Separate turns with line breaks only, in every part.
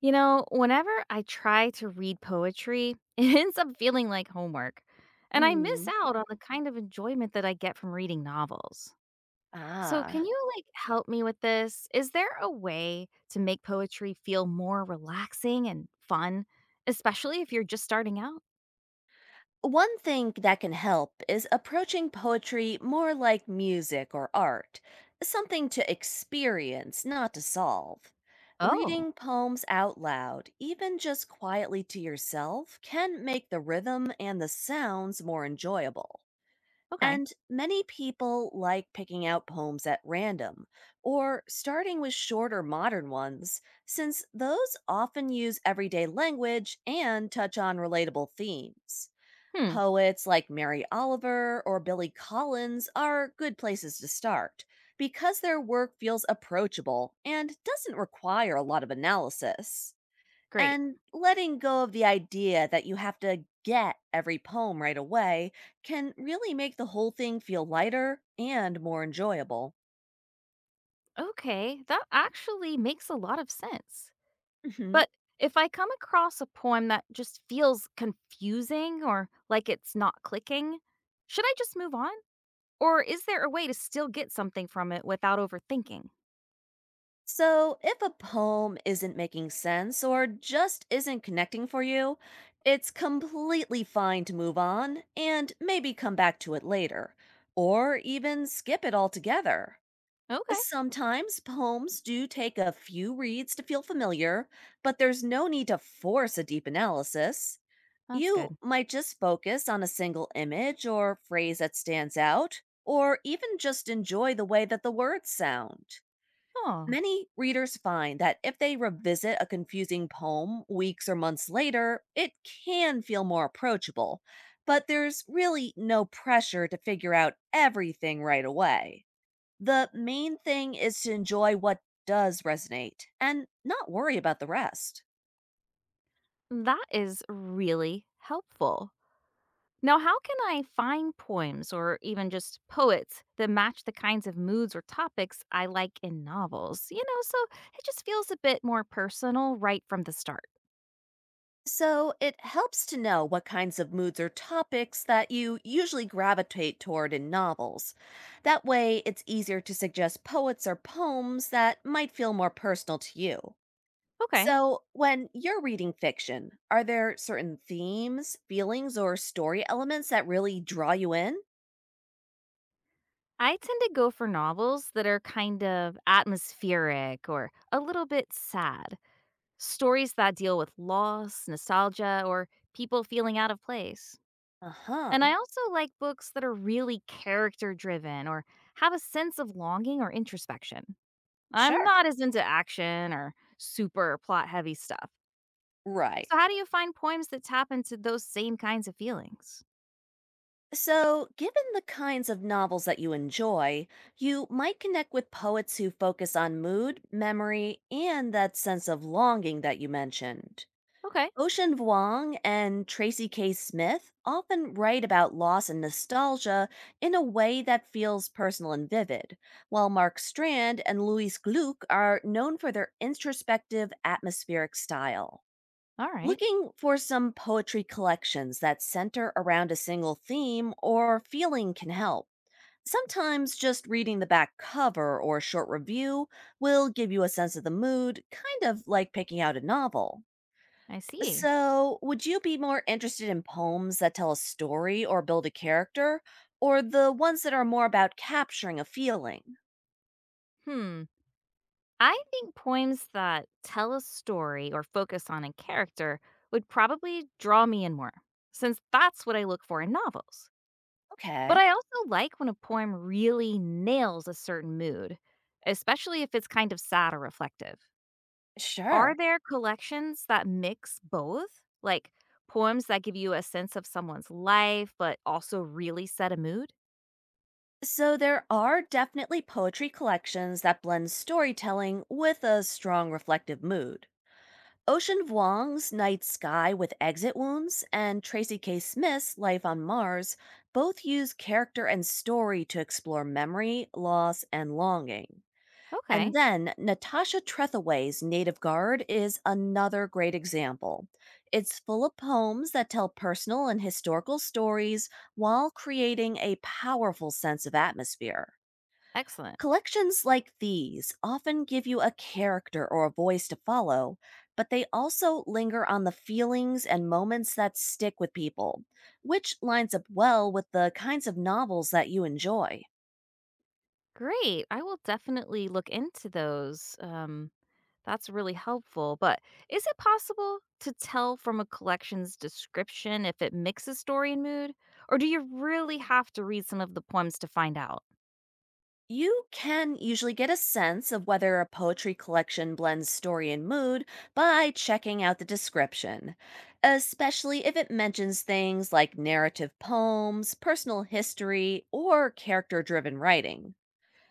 You know, whenever I try to read poetry, it ends up feeling like homework, and I miss
Mm.
out on the kind of enjoyment that I get from reading novels. So, can
Ah.
you like help me with this? Is there a way to make poetry feel more relaxing and fun, especially if you're just starting out?
One thing that can help is approaching poetry more like music or art, something to experience, not to solve.
Oh,
Reading poems out loud, even just quietly to yourself, can make the rhythm and the sounds more enjoyable.
okay.
And many people like picking out poems at random or starting with shorter modern ones, since those often use everyday language and touch on relatable themes.
Hmm,
Poets like Mary Oliver or Billy Collins are good places to start because their work feels approachable and doesn't require a lot of analysis.
great.
And letting go of the idea that you have to get every poem right away can really make the whole thing feel lighter and more enjoyable.
Okay, that actually makes a lot of sense.
Hmm.
But if I come across a poem that just feels confusing or like it's not clicking, should I just move on? Or is there a way to still get something from it without overthinking?
So, if a poem isn't making sense or just isn't connecting for you, it's completely fine to move on and maybe come back to it later, or even skip it altogether.
Okay,
Sometimes poems do take a few reads to feel familiar, but there's no need to force a deep analysis.
that's
You
good.
might just focus on a single image or phrase that stands out, or even just enjoy the way that the words sound.
Oh,
Many readers find that if they revisit a confusing poem weeks or months later, it can feel more approachable, but there's really no pressure to figure out everything right away. The main thing is to enjoy what does resonate and not worry about the rest.
that is really helpful. Now, how can I find poems or even just poets that match the kinds of moods or topics I like in novels? You know, so it just feels a bit more personal right from the start.
So, it helps to know what kinds of moods or topics that you usually gravitate toward in novels. That way, it's easier to suggest poets or poems that might feel more personal to you.
Okay.
So, when you're reading fiction, are there certain themes, feelings, or story elements that really draw you in?
I tend to go for novels that are kind of atmospheric or a little bit sad. Stories that deal with loss, nostalgia, or people feeling out of place.
Uh huh.
And I also like books that are really character driven or have a sense of longing or introspection. I'm
Sure.
not as into action or super plot heavy stuff.
Right.
So, how do you find poems that tap into those same kinds of feelings?
So, given the kinds of novels that you enjoy, you might connect with poets who focus on mood, memory, and that sense of longing that you mentioned.
Okay,
Ocean Vuong and Tracy K. Smith often write about loss and nostalgia in a way that feels personal and vivid, while Mark Strand and Louis Gluck are known for their introspective, atmospheric style.
all right,
Looking for some poetry collections that center around a single theme or feeling can help. Sometimes just reading the back cover or a short review will give you a sense of the mood, kind of like picking out a novel.
I see.
So, would you be more interested in poems that tell a story or build a character, or the ones that are more about capturing a feeling?
Hmm. I think poems that tell a story or focus on a character would probably draw me in more, since that's what I look for in novels. But
Okay,
I also like when a poem really nails a certain mood, especially if it's kind of sad or reflective. Are
sure.
there collections that mix both? Like poems that give you a sense of someone's life, but also really set a mood?
So there are definitely poetry collections that blend storytelling with a strong reflective mood. Ocean Vuong's Night Sky with Exit Wounds and Tracy K. Smith's Life on Mars both use character and story to explore memory, loss, and longing. And
Okay,
then Natasha Trethewey's Native Guard is another great example. It's full of poems that tell personal and historical stories while creating a powerful sense of atmosphere.
excellent.
Collections like these often give you a character or a voice to follow, but they also linger on the feelings and moments that stick with people, which lines up well with the kinds of novels that you enjoy.
Great. I will definitely look into those. That's really helpful, but is it possible to tell from a collection's description if it mixes story and mood? Or do you really have to read some of the poems to find out?
You can usually get a sense of whether a poetry collection blends story and mood by checking out the description, especially if it mentions things like narrative poems, personal history, or character driven writing.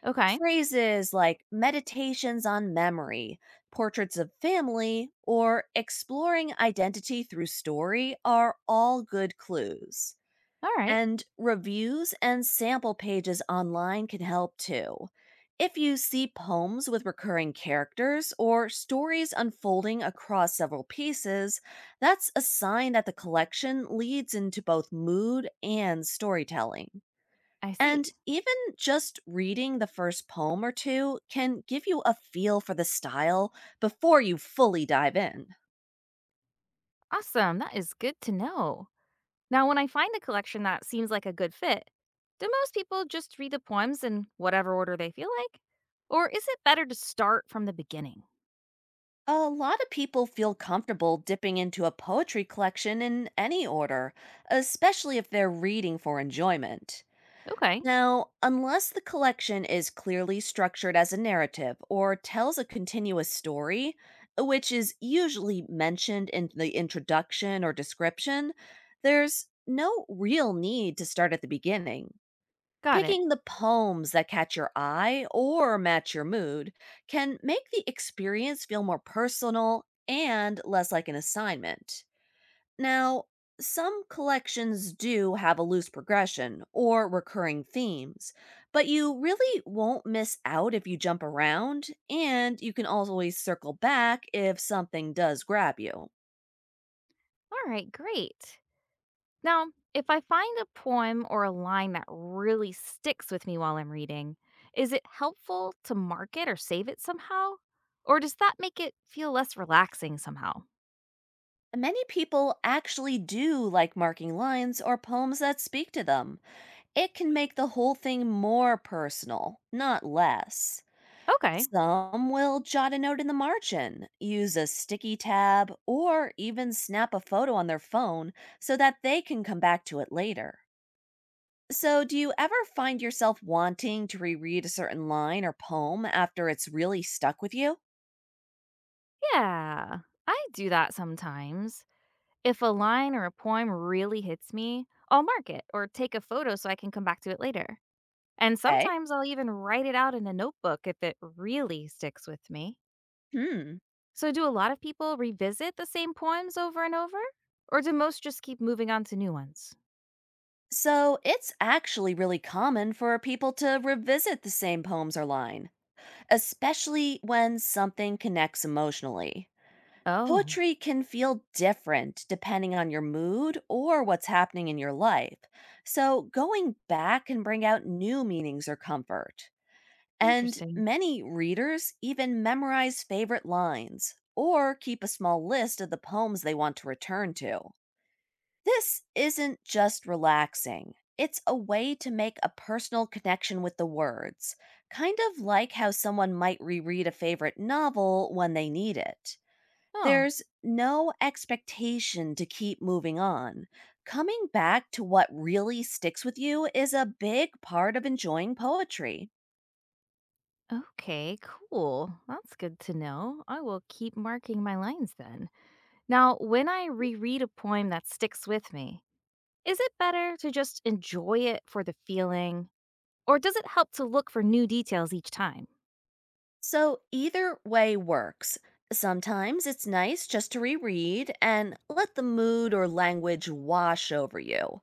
Okay,
Phrases like meditations on memory, portraits of family, or exploring identity through story are all good clues.
all right,
And reviews and sample pages online can help too. If you see poems with recurring characters or stories unfolding across several pieces, that's a sign that the collection leads into both mood and storytelling.
I see.
And even just reading the first poem or two can give you a feel for the style before you fully dive in.
Awesome, that is good to know. Now, when I find a collection that seems like a good fit, do most people just read the poems in whatever order they feel like? Or is it better to start from the beginning?
A lot of people feel comfortable dipping into a poetry collection in any order, especially if they're reading for enjoyment.
Okay,
Now, unless the collection is clearly structured as a narrative or tells a continuous story, which is usually mentioned in the introduction or description, there's no real need to start at the beginning.
got it.
Picking the poems that catch your eye or match your mood can make the experience feel more personal and less like an assignment. Now, some collections do have a loose progression or recurring themes, but you really won't miss out if you jump around, and you can always circle back if something does grab you.
All right, great. Now, if I find a poem or a line that really sticks with me while I'm reading, is it helpful to mark it or save it somehow? Or does that make it feel less relaxing somehow?
Many people actually do like marking lines or poems that speak to them. It can make the whole thing more personal, not less.
Okay.
Some will jot a note in the margin, use a sticky tab, or even snap a photo on their phone so that they can come back to it later. So, do you ever find yourself wanting to reread a certain line or poem after it's really stuck with you?
Yeah, I do that sometimes. If a line or a poem really hits me, I'll mark it or take a photo so I can come back to it later. And
Okay.
sometimes I'll even write it out in a notebook if it really sticks with me.
Hmm.
So, do a lot of people revisit the same poems over and over? Or do most just keep moving on to new ones?
So, it's actually really common for people to revisit the same poems or line, especially when something connects emotionally.
Oh,
Poetry can feel different depending on your mood or what's happening in your life. So, going back can bring out new meanings or comfort. And
interesting.
many readers even memorize favorite lines or keep a small list of the poems they want to return to. This isn't just relaxing, it's a way to make a personal connection with the words, kind of like how someone might reread a favorite novel when they need it.
Oh,
There's no expectation to keep moving on. Coming back to what really sticks with you is a big part of enjoying poetry.
okay, cool. That's good to know. I will keep marking my lines then. Now, when I reread a poem that sticks with me, is it better to just enjoy it for the feeling? Or does it help to look for new details each time?
So, either way works. Sometimes it's nice just to reread and let the mood or language wash over you.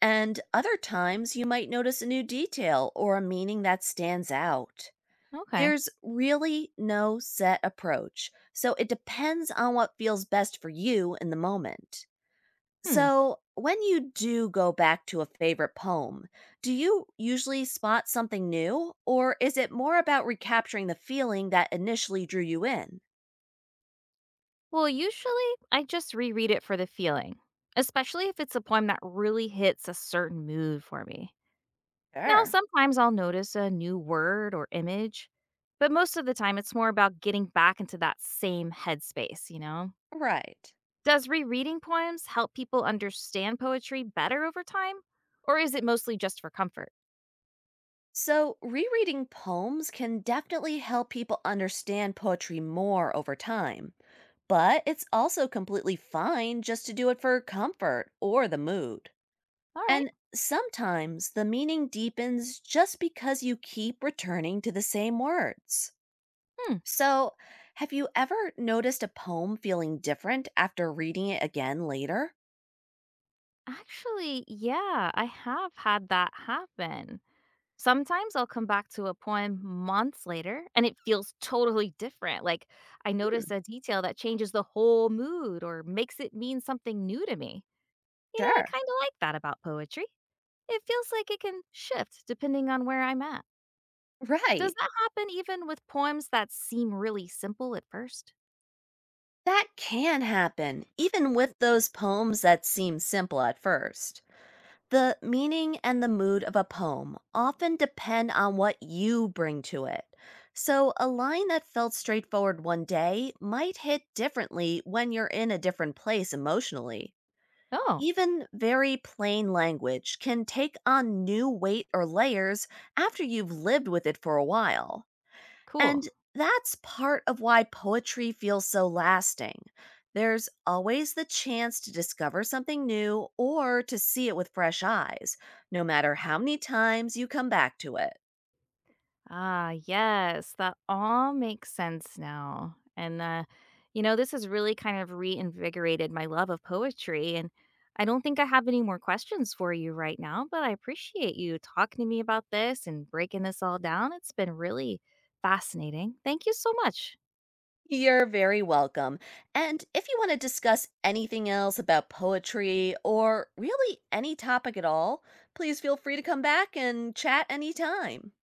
And other times you might notice a new detail or a meaning that stands out.
Okay.
There's really no set approach, so it depends on what feels best for you in the moment.
Hmm.
So, when you do go back to a favorite poem, do you usually spot something new, or is it more about recapturing the feeling that initially drew you in?
Well, usually I just reread it for the feeling, especially if it's a poem that really hits a certain mood for me. Now,
Sure.
sometimes I'll notice a new word or image, but most of the time it's more about getting back into that same headspace, you know?
Right.
Does rereading poems help people understand poetry better over time? Or is it mostly just for comfort?
So, rereading poems can definitely help people understand poetry more over time, but it's also completely fine just to do it for comfort or the mood.
All right.
And sometimes the meaning deepens just because you keep returning to the same words.
Hmm.
So, have you ever noticed a poem feeling different after reading it again later?
Actually, yeah, I have had that happen. Sometimes I'll come back to a poem months later and it feels totally different. Like I notice
Hmm.
a detail that changes the whole mood or makes it mean something new to me. You know, I
Sure.
kind of like that about poetry. It feels like it can shift depending on where I'm at. Does
Right.
that happen even with poems that seem really simple at first?
That can happen, even with those poems that seem simple at first. The meaning and the mood of a poem often depend on what you bring to it. So, a line that felt straightforward one day might hit differently when you're in a different place emotionally.
Oh,
Even very plain language can take on new weight or layers after you've lived with it for a while.
cool.
And that's part of why poetry feels so lasting. There's always the chance to discover something new or to see it with fresh eyes, no matter how many times you come back to it.
Ah, yes, that all makes sense now. And you know, this has really kind of reinvigorated my love of poetry. And I don't think I have any more questions for you right now, but I appreciate you talking to me about this and breaking this all down. It's been really fascinating. Thank you so much.
You're very welcome. And if you want to discuss anything else about poetry or really any topic at all, please feel free to come back and chat anytime.